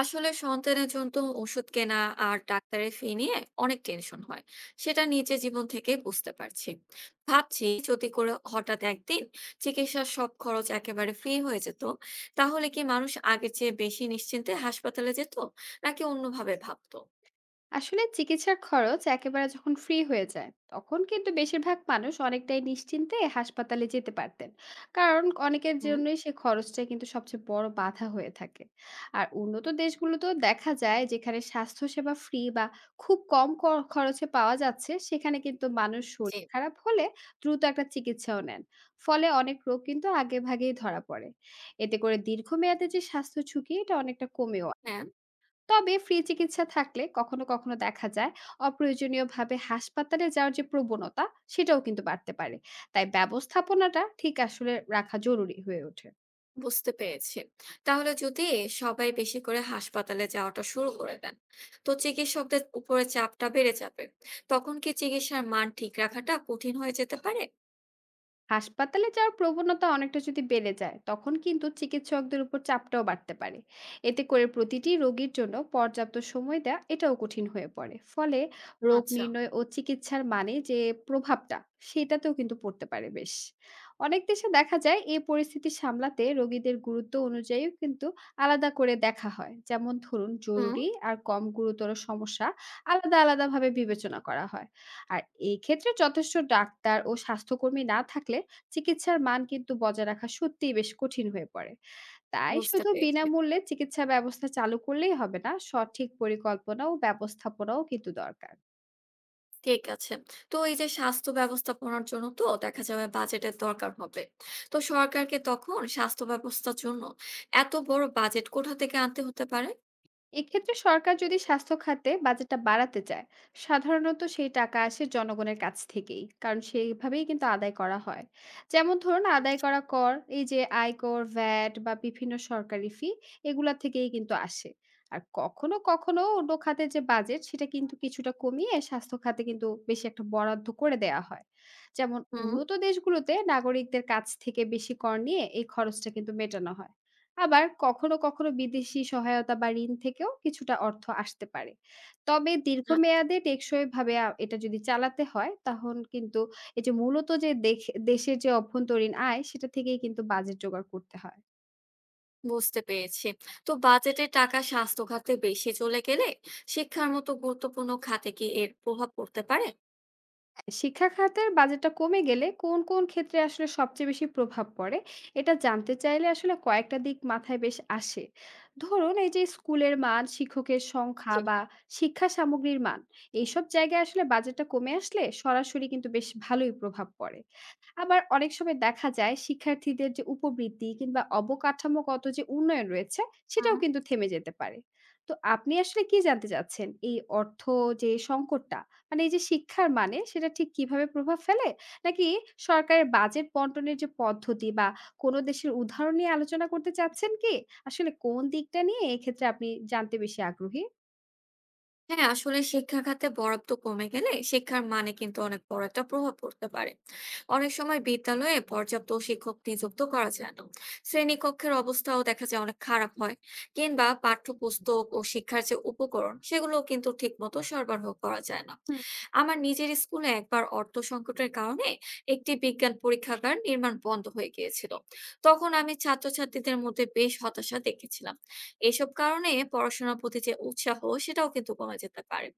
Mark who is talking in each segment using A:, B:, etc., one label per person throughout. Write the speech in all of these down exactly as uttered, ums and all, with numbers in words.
A: আসলে সন্তানের জন্য ওষুধ কেনা আর ডাক্তারের ফি নিয়ে অনেক টেনশন হয়। সেটা নিজে জীবন থেকে বুঝতে পারছি। ভাবছি যদি করে হঠাৎ একদিন চিকিৎসার সব খরচ একেবারে ফ্রি হয়ে যেত, তাহলে কি মানুষ আগের চেয়ে বেশি নিশ্চিন্তে হাসপাতালে যেত, নাকি অন্যভাবে ভাবতো?
B: আসলে চিকিৎসার খরচ একেবারে যখন ফ্রি হয়ে যায় তখন কিন্তু বেশিরভাগ মানুষ অনেকটাই নিশ্চিন্তে হাসপাতালে যেতে পারতেন, কারণ অনেকের
A: হুম।
B: জন্যই সে খরচটা কিন্তু সবচেয়ে বড় বাধা হয়ে থাকে। আর উন্নত দেশগুলোতেও দেখা যায় যেখানে স্বাস্থ্যসেবা ফ্রি বা খুব কম ক- খরচে পাওয়া যাচ্ছে, সেখানে কিন্তু মানুষ
A: জি।
B: শরীর খারাপ হলে দ্রুত একটা চিকিৎসাও নেন। ফলে অনেক রোগ কিন্তু আগে ভাগেই ধরা পড়ে, এতে করে দীর্ঘমেয়াদে যে স্বাস্থ্য ঝুঁকি এটা অনেকটা কমে।
A: হ্যাঁ।
B: তবে ফ্রি চিকিৎসা থাকলে কখনো কখনো দেখা যায় অপ্রয়োজনীয়ভাবে হাসপাতালে যাওয়ার যে প্রবণতা, সেটাও কিন্তু বাড়তে পারে। তাই ব্যবস্থাপনাটা ঠিক আসলে রাখা জরুরি হয়ে ওঠে।
A: বুঝতে পেরেছি। তাহলে যদি সবাই বেশি করে হাসপাতালে যাওয়াটা শুরু করে দেন, তো চিকিৎসকদের উপরে চাপটা বেড়ে যাবে। তখন কি চিকিৎসার মান ঠিক রাখাটা কঠিন হয়ে যেতে পারে?
B: হাসপাতালে যাওয়ার প্রবণতা অনেকটা যদি বেড়ে যায় তখন কিন্তু চিকিৎসকদের উপর চাপটাও বাড়তে পারে। এতে করে প্রতিটি রোগীর জন্য পর্যাপ্ত সময় দেওয়া এটাও কঠিন হয়ে পড়ে, ফলে রোগ
A: আচ্ছা।
B: নির্ণয় ও চিকিৎসার মানে যে প্রভাবটা সেটাতেও কিন্তু পড়তে পারে বেশ। অনেক দেশে দেখা যায় এই পরিস্থিতি সামলাতে রোগীদের গুরুত্ব অনুযায়ীও কিন্তু আলাদা করে দেখা হয়, যেমন ধরুন
A: হুম।
B: জরুরি আর কম গুরুতর সমস্যা আলাদা আলাদাভাবে বিবেচনা করা হয়। আর এই ক্ষেত্রে যথেষ্ট ডাক্তার ও স্বাস্থ্যকর্মী না থাকলে চিকিৎসার মান কিন্তু বজায় রাখা সত্যিই বেশ কঠিন হয়ে পড়ে। তাই
A: বুঝতে
B: শুধু
A: পেরেছি।
B: বিনামূল্যে চিকিৎসা ব্যবস্থা চালু করলেই হবে না, সঠিক পরিকল্পনা ও ব্যবস্থাপনাও কিন্তু দরকার।
A: ঠিক আছে। তো এই যে স্বাস্থ্য ব্যবস্থাপনার জন্য তো দেখা যাবে বাজেটের দরকার হবে। তো সরকারকে তখন স্বাস্থ্য ব্যবস্থার জন্য এত বড় বাজেট কোথা থেকে আনতে হতে পারে?
B: এক্ষেত্রে সরকার যদি স্বাস্থ্য খাতে বাজেটটা বাড়াতে চায়, সাধারণত সেই টাকা আসে জনগণের কাছ থেকেই, কারণ সেইভাবেই কিন্তু আদায় করা হয়। যেমন ধরুন আদায়
A: আচ্ছা।
B: করা কর, এই যে আয়কর, ভ্যাট বা বিভিন্ন সরকারি ফি, এগুলা থেকেই কিন্তু আসে। আর কখনো কখনো অন্য খাতের যে বাজেট সেটা কিন্তু কিছুটা কমিয়ে স্বাস্থ্য খাতে কিন্তু বেশি একটা বরাদ্দ করে দেয়া হয়। যেমন
A: হুম,
B: উন্নত দেশগুলোতে নাগরিকদের কাছ থেকে বেশি কর নিয়ে এই খরচটা কিন্তু মেটানো হয়। আবার কখনো, কখনো বিদেশি সহায়তা বা ঋণ থেকেও কিছুটা অর্থ আসতে পারে। তবে
A: আ
B: দীর্ঘমেয়াদে টেকসইভাবে আ এটা যদি চালাতে হয়, তখন কিন্তু এই যে মূলত যে দেখ দেশের যে অভ্যন্তরীণ আয়, সেটা থেকেই কিন্তু বাজেট জোগাড় করতে হয়।
A: বুঝতে পেরেছি। তো বাজেটের টাকা স্বাস্থ্য খাতে বেশি চলে গেলে শিক্ষার মতো গুরুত্বপূর্ণ খাতে কি এর প্রভাব পড়তে পারে?
B: শিক্ষা খাতের বাজেটটা কমে গেলে কোন কোন ক্ষেত্রে আসলে সবচেয়ে বেশি প্রভাব পড়ে এটা জানতে চাইলে আসলে কয়েকটা দিক মাথায় বেশ আসে। ধরুন এই যে স্কুলের মান, শিক্ষকের সংখ্যা
A: জি।
B: বা শিক্ষা সামগ্রীর মান, এইসব জায়গায় আসলে বাজেটটা কমে আসলে সরাসরি কিন্তু বেশ ভালোই প্রভাব পড়ে। আবার অনেক সময় দেখা যায় শিক্ষার্থীদের যে উপবৃত্তি কিংবা অবকাঠামোগত যে উন্নয়ন রয়েছে
A: হুম।
B: সেটাও কিন্তু থেমে যেতে পারে। তো আপনি আসলে কি জানতে চাচ্ছেন, এই অর্থ যে সংকটটা, মানে এই যে শিক্ষার মানে সেটা ঠিক কিভাবে প্রভাব ফেলে? নাকি সরকারের বাজেট বন্টনের যে পদ্ধতি বা কোন দেশের উদাহরণ নিয়ে আলোচনা করতে চাচ্ছেন কি? আসলে কোন দিকটা নিয়ে এক্ষেত্রে আপনি জানতে বেশি আগ্রহী?
A: হ্যাঁ, আসলে শিক্ষা খাতে বরাদ্দ কমে গেলে শিক্ষার মানে কিন্তু অনেক বড় একটা প্রভাব পড়তে পারে। অনেক সময় বিদ্যালয়ে পর্যাপ্ত শিক্ষক নিযুক্ত করা যায় না, শ্রেণীকক্ষের অবস্থাও দেখা যায় অনেক খারাপ হয়, কিংবা পাঠ্যপুস্তক ও শিক্ষার যে উপকরণ সেগুলো কিন্তু ঠিক মতো সরবরাহ করা যায় না। আমার নিজের স্কুলে একবার অর্থ সংকটের কারণে একটি বিজ্ঞান পরীক্ষাগার নির্মাণ বন্ধ হয়ে গিয়েছিল। তখন আমি ছাত্রছাত্রীদের মধ্যে বেশ হতাশা দেখেছিলাম। এসব কারণে পড়াশোনার প্রতি যে উৎসাহ, সেটাও কিন্তু কমে যেতে পারে।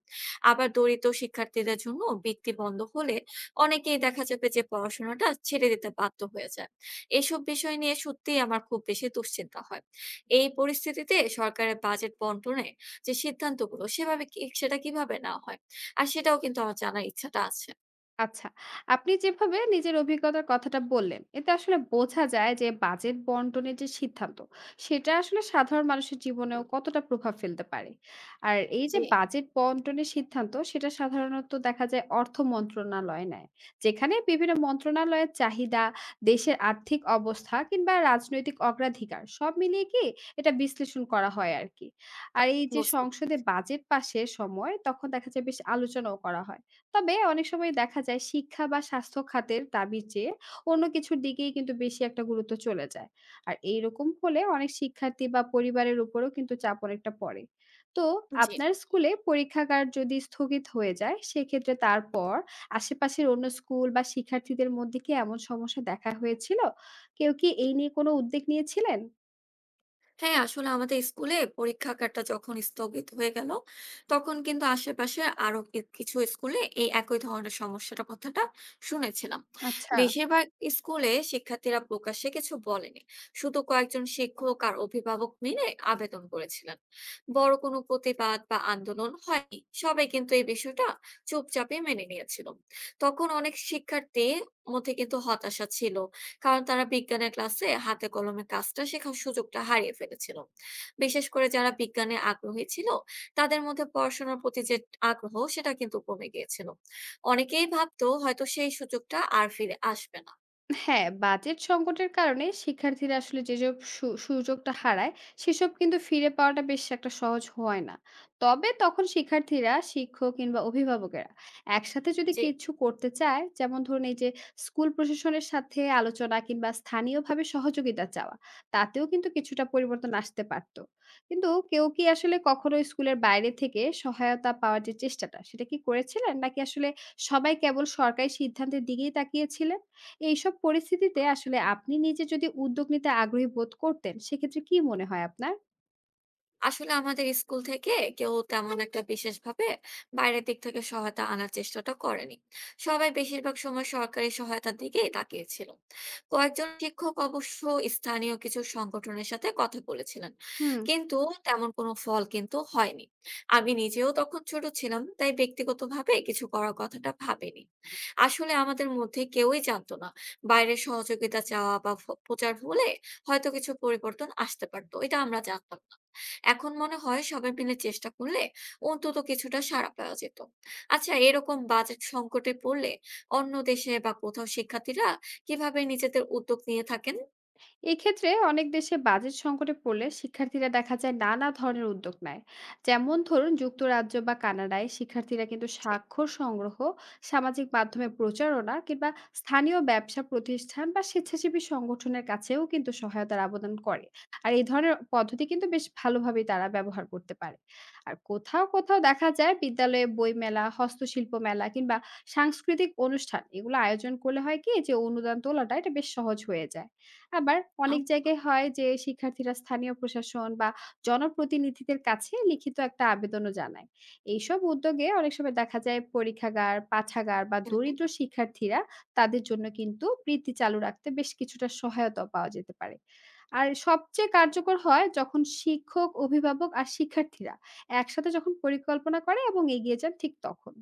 A: আবার দরিদ্র শিক্ষার্থীদের জন্য বৃত্তি বন্ধ হলে অনেকেই দেখা যাবে যে পড়াশোনাটা ছেড়ে দিতে বাধ্য হয়ে যায়। এসব বিষয় নিয়ে সত্যিই আমার খুব বেশি দুশ্চিন্তা হয়। এই পরিস্থিতিতে সরকারের বাজেট বন্টনে যে সিদ্ধান্তগুলো সেভাবে কি- সেটা কিভাবে নেওয়া হয়, আর সেটাও কিন্তু আমার জানার ইচ্ছাটা আছে।
B: আচ্ছা, আপনি যেভাবে নিজের অভিজ্ঞতার কথাটা বললেন, এতে আসলে বোঝা যায় যে বাজেট বন্টনের যে সিদ্ধান্ত, সেটা আসলে সাধারণ মানুষের জীবনেও কতটা প্রভাব ফেলতে পারে। আর এই যে
A: জি।
B: বাজেট বন্টনের সিদ্ধান্ত, সেটা সাধারণত দেখা যায় অর্থ মন্ত্রণালয় নেয়। যেখানে বিভিন্ন মন্ত্রণালয়ের চাহিদা, দেশের আর্থিক অবস্থা কিংবা রাজনৈতিক অগ্রাধিকার সব মিলিয়ে কি এটা বিশ্লেষণ করা হয় আরকি। আর এই যে
A: বুঝতে।
B: সংসদে বাজেট পাশের সময়, তখন দেখা যায় বেশ আলোচনাও করা হয়। তবে অনেক সময় দেখা যায় শিক্ষা বা স্বাস্থ্য খাতের দাবির চেয়ে অন্য কিছুর দিকেই কিন্তু বেশি একটা গুরুত্ব চলে যায়। আর এইরকম হলে অনেক শিক্ষার্থী বা পরিবারের উপরও কিন্তু চাপ অনেকটা পড়ে। তো
A: জি।
B: আপনার স্কুলে পরীক্ষাগার যদি স্থগিত হয়ে যায়, সেক্ষেত্রে তারপর আশেপাশের অন্য স্কুল বা শিক্ষার্থীদের মধ্যে কি এমন সমস্যা দেখা হয়েছিল? কেউ কি এই নিয়ে কোনো উদ্যোগ নিয়েছিলেন?
A: হ্যাঁ, আসলে আমাদের স্কুলে পরীক্ষা কাটা যখন স্থগিত হয়ে গেল, তখন কিন্তু আশেপাশে আরো কি- কিছু স্কুলে এই একই ধরনের সমস্যাটা কথাটা শুনেছিলাম।
B: আচ্ছা।
A: বেশিরভাগ স্কুলে শিক্ষার্থীরা প্রকাশ্যে কিছু বলেনি, শুধু কয়েকজন শিক্ষক আর অভিভাবক মিলে আবেদন করেছিলেন। বড় কোনো প্রতিবাদ বা আন্দোলন হয়নি, সবাই কিন্তু এই বিষয়টা চুপচাপে মেনে নিয়েছিল। তখন অনেক শিক্ষার্থী মধ্যে কিন্তু হতাশা ছিল, কারণ তারা বিজ্ঞানের ক্লাসে হাতে কলমে কাজটা শেখার সুযোগটা হারিয়ে ফেলেছিল। বিশেষ করে যারা বিজ্ঞানে আগ্রহী ছিল, তাদের মধ্যে পড়াশোনার প্রতি যে আগ্রহ, সেটা কিন্তু কমে গিয়েছিল। অনেকেই ভাবতো হয়তো সেই সুযোগটা আর ফিরে আসবে না।
B: হ্যাঁ, বাজেট সংকটের কারণে শিক্ষার্থীরা আসলে যেসব সু সুযোগটা হারায়, সেসব কিন্তু ফিরে পাওয়াটা বেশ একটা সহজ হয় না। তবে তখন শিক্ষার্থীরা, শিক্ষক কিংবা অভিভাবকেরা একসাথে যদি
A: জি।
B: কিছু করতে চায়, যেমন ধরুন এই যে স্কুল প্রশাসনের সাথে আলোচনা কিংবা স্থানীয়ভাবে সহযোগিতা চাওয়া, তাতেও কিন্তু কিছুটা পরিবর্তন আসতে পারত। কিন্তু কেউ কি আসলে কখনো স্কুলের বাইরে থেকে সহায়তা পাওয়ার যে চেষ্টাটা, সেটা কি করেছিলেন? নাকি আসলে সবাই কেবল সরকারি সিদ্ধান্তের দিকেই তাকিয়েছিলেন? এইসব পরিস্থিতিতে আসলে আপনি নিজে যদি উদ্যোগ নিতে আগ্রহী বোধ করতেন, সেক্ষেত্রে কি মনে হয় আপনার?
A: আসলে আমাদের স্কুল থেকে কেউ তেমন একটা বিশেষভাবে বাইরের দিক থেকে সহায়তা আনার চেষ্টাটা করেনি। সবাই বেশিরভাগ সময় সরকারি সহায়তার দিকেই তাকিয়েছিল। কয়েকজন শিক্ষক অবশ্য স্থানীয় কিছু সংগঠনের সাথে কথা বলেছিলেন,
B: হুম।
A: কিন্তু তেমন কোনো ফল কিন্তু হয়নি। আমি নিজেও তখন ছোট ছিলাম, তাই ব্যক্তিগতভাবে কিছু করার কথাটা ভাবিনি। আসলে আমাদের মধ্যে কেউই জানতো না বাইরের সহযোগিতা চাওয়া বা ফ- প্রচার হলে হয়তো কিছু পরিবর্তন আসতে পারতো, এটা আমরা জানতাম না। এখন মনে হয় সবাই মিলে চেষ্টা করলে অন্তত কিছুটা সাড়া পাওয়া যেত। আচ্ছা, এরকম বাজেট সংকটে পড়লে অন্য দেশে বা কোথাও শিক্ষার্থীরা কিভাবে নিজেদের উদ্যোগ নিয়ে থাকেন?
B: এক্ষেত্রে অনেক দেশে বাজেট সংকটে পড়লে শিক্ষার্থীরা দেখা যায় নানা ধরনের উদ্যোগ নেয়। যেমন ধরুন যুক্তরাজ্য বা কানাডায় শিক্ষার্থীরা কিন্তু স্বাক্ষর সংগ্রহ, সামাজিক মাধ্যমে প্রচারণা কিংবা স্থানীয় ব্যবসা প্রতিষ্ঠান বা স্বেচ্ছাসেবী সংগঠনের কাছেও কিন্তু সহায়তার আবেদন করে। আর এই ধরনের পদ্ধতি কিন্তু বেশ ভালোভাবেই তারা ব্যবহার করতে পারে। আর কোথাও কোথাও দেখা যায় বিদ্যালয়ে বই মেলা, হস্তশিল্প মেলা কিংবা সাংস্কৃতিক অনুষ্ঠান এগুলো আয়োজন করলে হয় কি, যে অনুদান তোলাটা এটা বেশ সহজ হয়ে যায়। আবার অনেক
A: আচ্ছা।
B: জায়গায় হয় যে শিক্ষার্থীরা স্থানীয় প্রশাসন বা জনপ্রতিনিধিদের কাছে লিখিত একটা আবেদনও জানায়। এইসব উদ্যোগে অনেক সময় দেখা যায় পরীক্ষাগার, পাঠাগার বা দরিদ্র শিক্ষার্থীরা, তাদের জন্য কিন্তু বৃত্তি চালু রাখতে বেশ কিছুটা সহায়তা পাওয়া যেতে পারে। আর সবচেয়ে কার্যকর হয় যখন শিক্ষক, অভিভাবক আর শিক্ষার্থীরা একসাথে যখন পরিকল্পনা করে এবং এগিয়ে যান ঠিক তখন।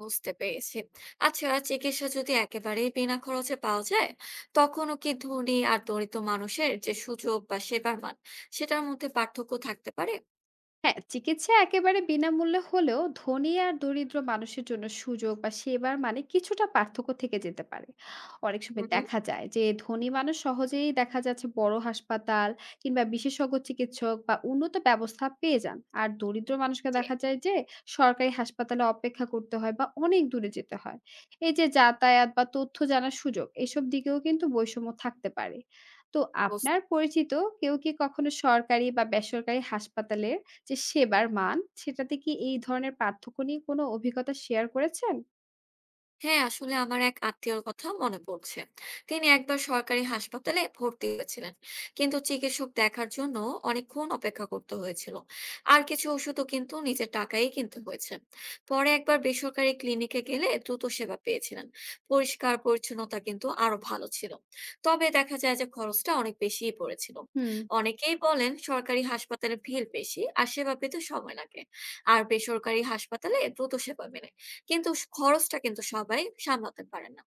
A: বুঝতে পেরেছি। আচ্ছা, চিকিৎসা যদি একেবারেই বিনা খরচে পাওয়া যায়, তখনও কি ধনী আর দরিদ্র মানুষের যে সুযোগ বা সেবার মান, সেটার মধ্যে পার্থক্য থাকতে পারে?
B: হ্যাঁ, চিকিৎসা একেবারে বিনামূল্যে হলেও ধনী আর দরিদ্র মানুষের জন্য সুযোগ বা সেবার মানে কিছুটা পার্থক্য থেকে যেতে পারে। অনেক
A: হুম
B: সময়
A: হুম।
B: দেখা যায় যে ধনী মানুষ সহজেই দেখা যাচ্ছে বড় হাসপাতাল কিংবা বিশেষজ্ঞ চিকিৎসক বা উন্নত ব্যবস্থা পেয়ে যান। আর দরিদ্র মানুষকে
A: জি।
B: দেখা যায় যে সরকারি হাসপাতালে অপেক্ষা করতে হয় বা অনেক দূরে যেতে হয়। এই যে যাতায়াত বা তথ্য জানার সুযোগ, এসব দিকেও কিন্তু বৈষম্য থাকতে পারে। তো
A: বুঝতে।
B: আপনার পরিচিত কেউ কি কখনো সরকারি বা বেসরকারি হাসপাতালে যে সেবার মান, সেটাতে কি এই ধরনের পার্থক্য নিয়ে কোনো অভিজ্ঞতা শেয়ার করেছেন?
A: হ্যাঁ, আসলে আমার এক আত্মীয়র কথা মনে পড়ছে। তিনি একবার সরকারি হাসপাতালে ভর্তি হয়েছিলেন। কিন্তু চিকিৎসক দেখার জন্য অনেকক্ষণ অপেক্ষা করতে হয়েছিল। আর কিছু ওষুধও কিন্তু নিজের টাকায় কিনতে হয়েছে। পরে একবার বেসরকারি ক্লিনিকে গেলে দ্রুত সেবা পেয়েছিলেন। পরিষ্কার পরিচ্ছন্নতা কিন্তু আরো ভালো ছিল। তবে দেখা যায় যে খরচটা অনেক বেশিই পড়েছিল।
B: হুম।
A: অনেকেই বলেন সরকারি হাসপাতালে ভিড় বেশি আর সেবা পেতে সময় লাগে। আর বেসরকারি হাসপাতালে দ্রুত সেবা মেলে। কিন্তু স খরচটা কিন্তু সবাই সামলাতে পারে না।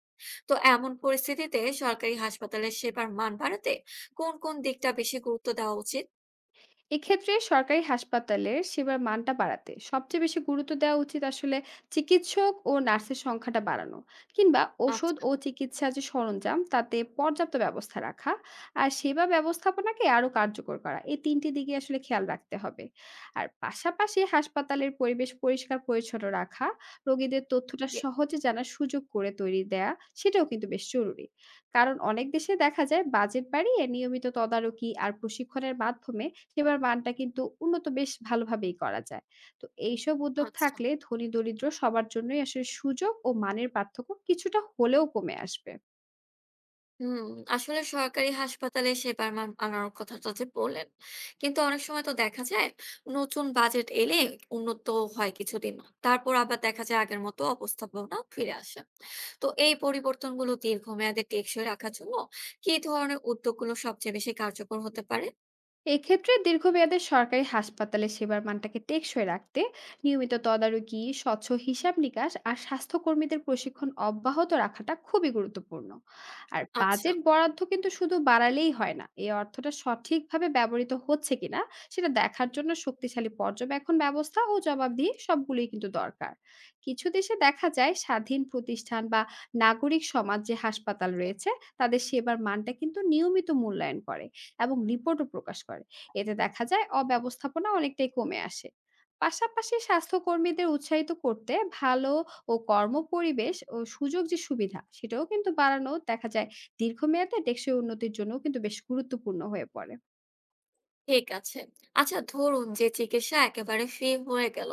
A: তো এমন পরিস্থিতিতে সরকারি হাসপাতালের সেবার মান বাড়াতে কোন, কোন দিকটা বেশি গুরুত্ব দেওয়া উচিত?
B: এক্ষেত্রে সরকারি হাসপাতালের সেবার মানটা বাড়াতে সবচেয়ে বেশি গুরুত্ব দেওয়া উচিত আসলে চিকিৎসক ও নার্সের সংখ্যাটা বাড়ানো কিংবা ওষুধ
A: আচ্ছা।
B: ও চিকিৎসা যে সরঞ্জাম তাতে পর্যাপ্ত ব্যবস্থা রাখা আর সেবা ব্যবস্থাপনাকে আরো কার্যকর করা, এই তিনটি দিকে আসলে খেয়াল রাখতে হবে। আর পাশাপাশি হাসপাতালের পরিবেশ পরিষ্কার পরিচ্ছন্ন রাখা, রোগীদের তথ্যটা
A: জি।
B: সহজে জানার সুযোগ করে তৈরি দেয়া, সেটাও কিন্তু বেশ জরুরি। কারণ অনেক দেশে দেখা যায় বাজেট বাড়িয়ে নিয়মিত তদারকি আর প্রশিক্ষণের মাধ্যমে সেবার মানটা কিন্তু উন্নত বেশ ভালোভাবেই করা যায়। তো এইসব উদ্যোগ
A: আচ্ছা।
B: থাকলে ধনী দরিদ্র সবার জন্যই আসলে সুযোগ ও মানের পার্থক্য কিছুটা হলেও কমে আসবে।
A: হুম, আসলে সরকারি হাসপাতালে সেবার মান আনার কথাটা যে বললেন, কিন্তু অনেক সময় তো দেখা যায় নতুন বাজেট এলে উন্নত হয় কিছুদিন। তারপর আবার দেখা যায় আগের মতো অবস্থাপনা ফিরে আসে। তো এই পরিবর্তনগুলো দীর্ঘমেয়াদে টেকসই রাখার জন্য কি ধরনের উদ্যোগগুলো সবচেয়ে বেশি কার্যকর হতে পারে?
B: এক্ষেত্রে দীর্ঘমেয়াদে সরকারি হাসপাতালে সেবার মানটাকে টেকসই রাখতে নিয়মিত তদারকি, স্বচ্ছ হিসাব নিকাশ আর স্বাস্থ্যকর্মীদের প্রশিক্ষণ অব্যাহত রাখাটা খুবই গুরুত্বপূর্ণ। আর
A: আচ্ছা।
B: বাজেট বরাদ্দ কিন্তু শুধু বাড়ালেই হয় না, এই অর্থটা সঠিকভাবে ব্যবহৃত হচ্ছে কিনা সেটা দেখার জন্য শক্তিশালী পর্যবেক্ষণ ব্যবস্থা ও জবাবদিহি সবগুলোই কিন্তু দরকার। কিছু দেশে দেখা যায় স্বাধীন প্রতিষ্ঠান বা নাগরিক সমাজ যে হাসপাতাল রয়েছে তাদের সেবার মানটা কিন্তু নিয়মিত মূল্যায়ন করে এবং রিপোর্টও প্রকাশ করে। এতে দেখা যায় অব্যবস্থাপনা অনেকটাই কমে আসে। পাশাপাশি স্বাস্থ্যকর্মীদের উৎসাহিত করতে ভালো ও কর্মপরিবেশ ও সুযোগ যে সুবিধা সেটাও কিন্তু বাড়ানো দেখা যায়, দীর্ঘমেয়াদে টেকসই উন্নতির জন্য কিন্তু বেশ গুরুত্বপূর্ণ হয়ে পড়ে।
A: ঠিক আছে। আচ্ছা, ধরুন যে চিকিৎসা একেবারে ফ্রি হয়ে গেল।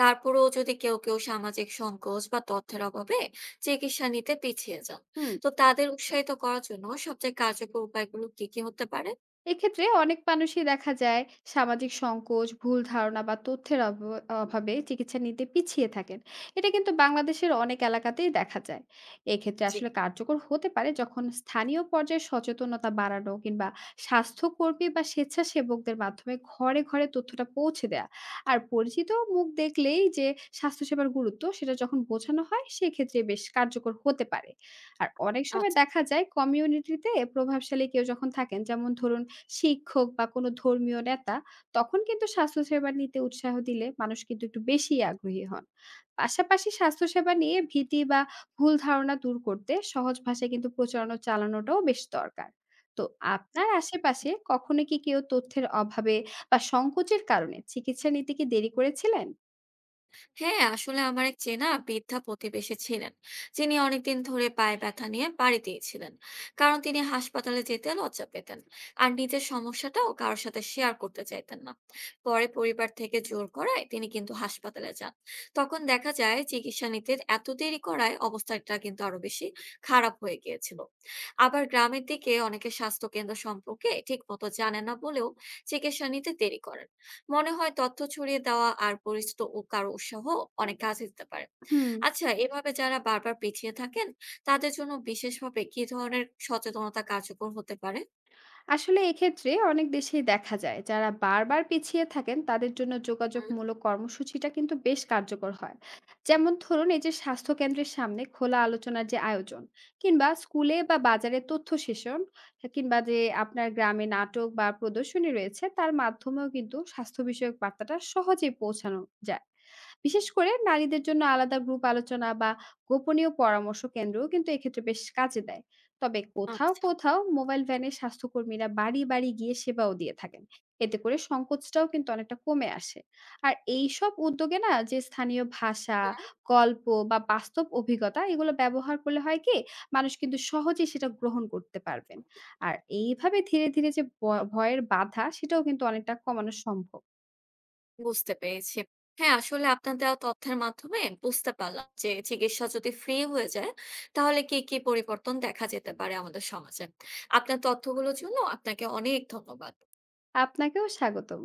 A: তারপরেও যদি কেউ, কেউ সামাজিক সংকোচ বা তথ্যের অভাবে চিকিৎসা নিতে পিছিয়ে যান।
B: হুম।
A: তো তাদের উৎসাহিত করার জন্য সবচেয়ে কার্যকর উপায়গুলো কি, কি হতে পারে?
B: এক্ষেত্রে অনেক মানুষই দেখা যায় সামাজিক সংকোচ, ভুল ধারণা বা তথ্যের অভ অভাবে চিকিৎসা নিতে পিছিয়ে থাকেন। এটা কিন্তু বাংলাদেশের অনেক এলাকাতেই দেখা যায়। এক্ষেত্রে
A: জি।
B: আসলে কার্যকর হতে পারে যখন স্থানীয় পর্যায়ে সচেতনতা বাড়ানো কিংবা স্বাস্থ্যকর্মী বা স্বেচ্ছাসেবকদের মাধ্যমে ঘরে, ঘরে তথ্যটা পৌঁছে দেয়া। আর পরিচিত মুখ দেখলেই যে স্বাস্থ্যসেবার গুরুত্ব সেটা যখন বোঝানো হয় সেক্ষেত্রে বেশ কার্যকর হতে পারে। আর অনেক সময় দেখা যায় কমিউনিটিতে প্রভাবশালী কেউ যখন থাকেন, যেমন ধরুন শিক্ষক বা কোনো ধর্মীয় নেতা, তখন কিন্তু স্বাস্থ্যসেবা নিতে উৎসাহ দিলে মানুষ কিন্তু একটু বেশি আগ্রহী হন। পাশাপাশি স্বাস্থ্যসেবা নিয়ে ভীতি বা ভুল ধারণা দূর করতে সহজ ভাষায় কিন্তু প্রচারণা চালানোটাও বেশ দরকার। তো আপনার আশেপাশে কখনো কি কেউ তথ্যের অভাবে বা সংকোচের কারণে চিকিৎসা নিতে কি দেরি করেছিলেন?
A: হ্যাঁ, আসলে আমার এক চেনা বৃদ্ধা প্রতিবেশী ছিলেন, যিনি অনেকদিন ধরে পায়ে ব্যথা নিয়ে বাড়িতেই ছিলেন। কারণ তিনি হাসপাতালে যেতে লজ্জা পেতেন আর নিজের সমস্যাটাও কারোর সাথে শেয়ার করতে চাইতেন না। পরে পরিবার থেকে জোর করায় তিনি কিন্তু হাসপাতালে যান। তখন দেখা যায় চিকিৎসা নিতে এত দেরি করায় অবস্থাটা কিন্তু আরো বেশি খারাপ হয়ে গিয়েছিল। আবার গ্রামের দিকে অনেকে স্বাস্থ্য কেন্দ্র সম্পর্কে ঠিক মতো জানে না বলেও চিকিৎসা নিতে দেরি করেন। মনে হয় তথ্য ছড়িয়ে দেওয়া আর পরিচিত ও কারো উৎসাহ অনেক কাজে দিতে পারে।
B: হুম।
A: আচ্ছা, এভাবে যারা বারবার পিছিয়ে থাকেন, তাদের জন্য বিশেষভাবে কি ধরনের সচেতনতা কার্যকর হতে পারে?
B: আসলে এক্ষেত্রে অনেক দেশেই দেখা যায় যারা বারবার পিছিয়ে থাকেন তাদের জন্য
A: হুম।
B: যোগাযোগমূলক কর্মসূচিটা কিন্তু বেশ কার্যকর হয়। যেমন ধরুন এই যে স্বাস্থ্য কেন্দ্রের সামনে খোলা আলোচনার যে আয়োজন কিংবা স্কুলে বা বাজারে তথ্য সেশন কিংবা যে আপনার গ্রামে নাটক বা প্রদর্শনী রয়েছে তার মাধ্যমেও কিন্তু স্বাস্থ্য বিষয়ক বার্তাটা সহজেই পৌঁছানো যায়। বিশেষ করে নারীদের জন্য আলাদা গ্রুপ আলোচনা বা গোপনীয় পরামর্শ কেন্দ্রও কিন্তু এক্ষেত্রে বেশ কাজে দেয়। তবে কোথাও
A: আচ্ছা।
B: কোথাও মোবাইল ভ্যানে স্বাস্থ্যকর্মীরা বাড়ি বাড়ি গিয়ে সেবাও দিয়ে থাকেন। এতে করে সংকোচটাও কিন্তু অনেকটা কমে আসে। আর এই সব উদ্যোগে না যে স্থানীয় ভাষা,
A: হুম,
B: গল্প বা বাস্তব অভিজ্ঞতা এগুলো ব্যবহার করলে হয় কি মানুষ কিন্তু সহজে সেটা গ্রহণ করতে পারবেন। আর এইভাবে ধীরে ধীরে যে ব- ভয়ের বাধা সেটাও কিন্তু অনেকটা কমানো সম্ভব।
A: বুঝতে পেরেছি। হ্যাঁ, আসলে আপনার দেওয়া তথ্যের মাধ্যমে বুঝতে পারলাম যে চিকিৎসা যদি ফ্রি হয়ে যায়, তাহলে কি কি পরিবর্তন দেখা যেতে পারে আমাদের সমাজে। আপনার তথ্যগুলোর জন্য আপনাকে অনেক ধন্যবাদ।
B: আপনাকেও স্বাগতম।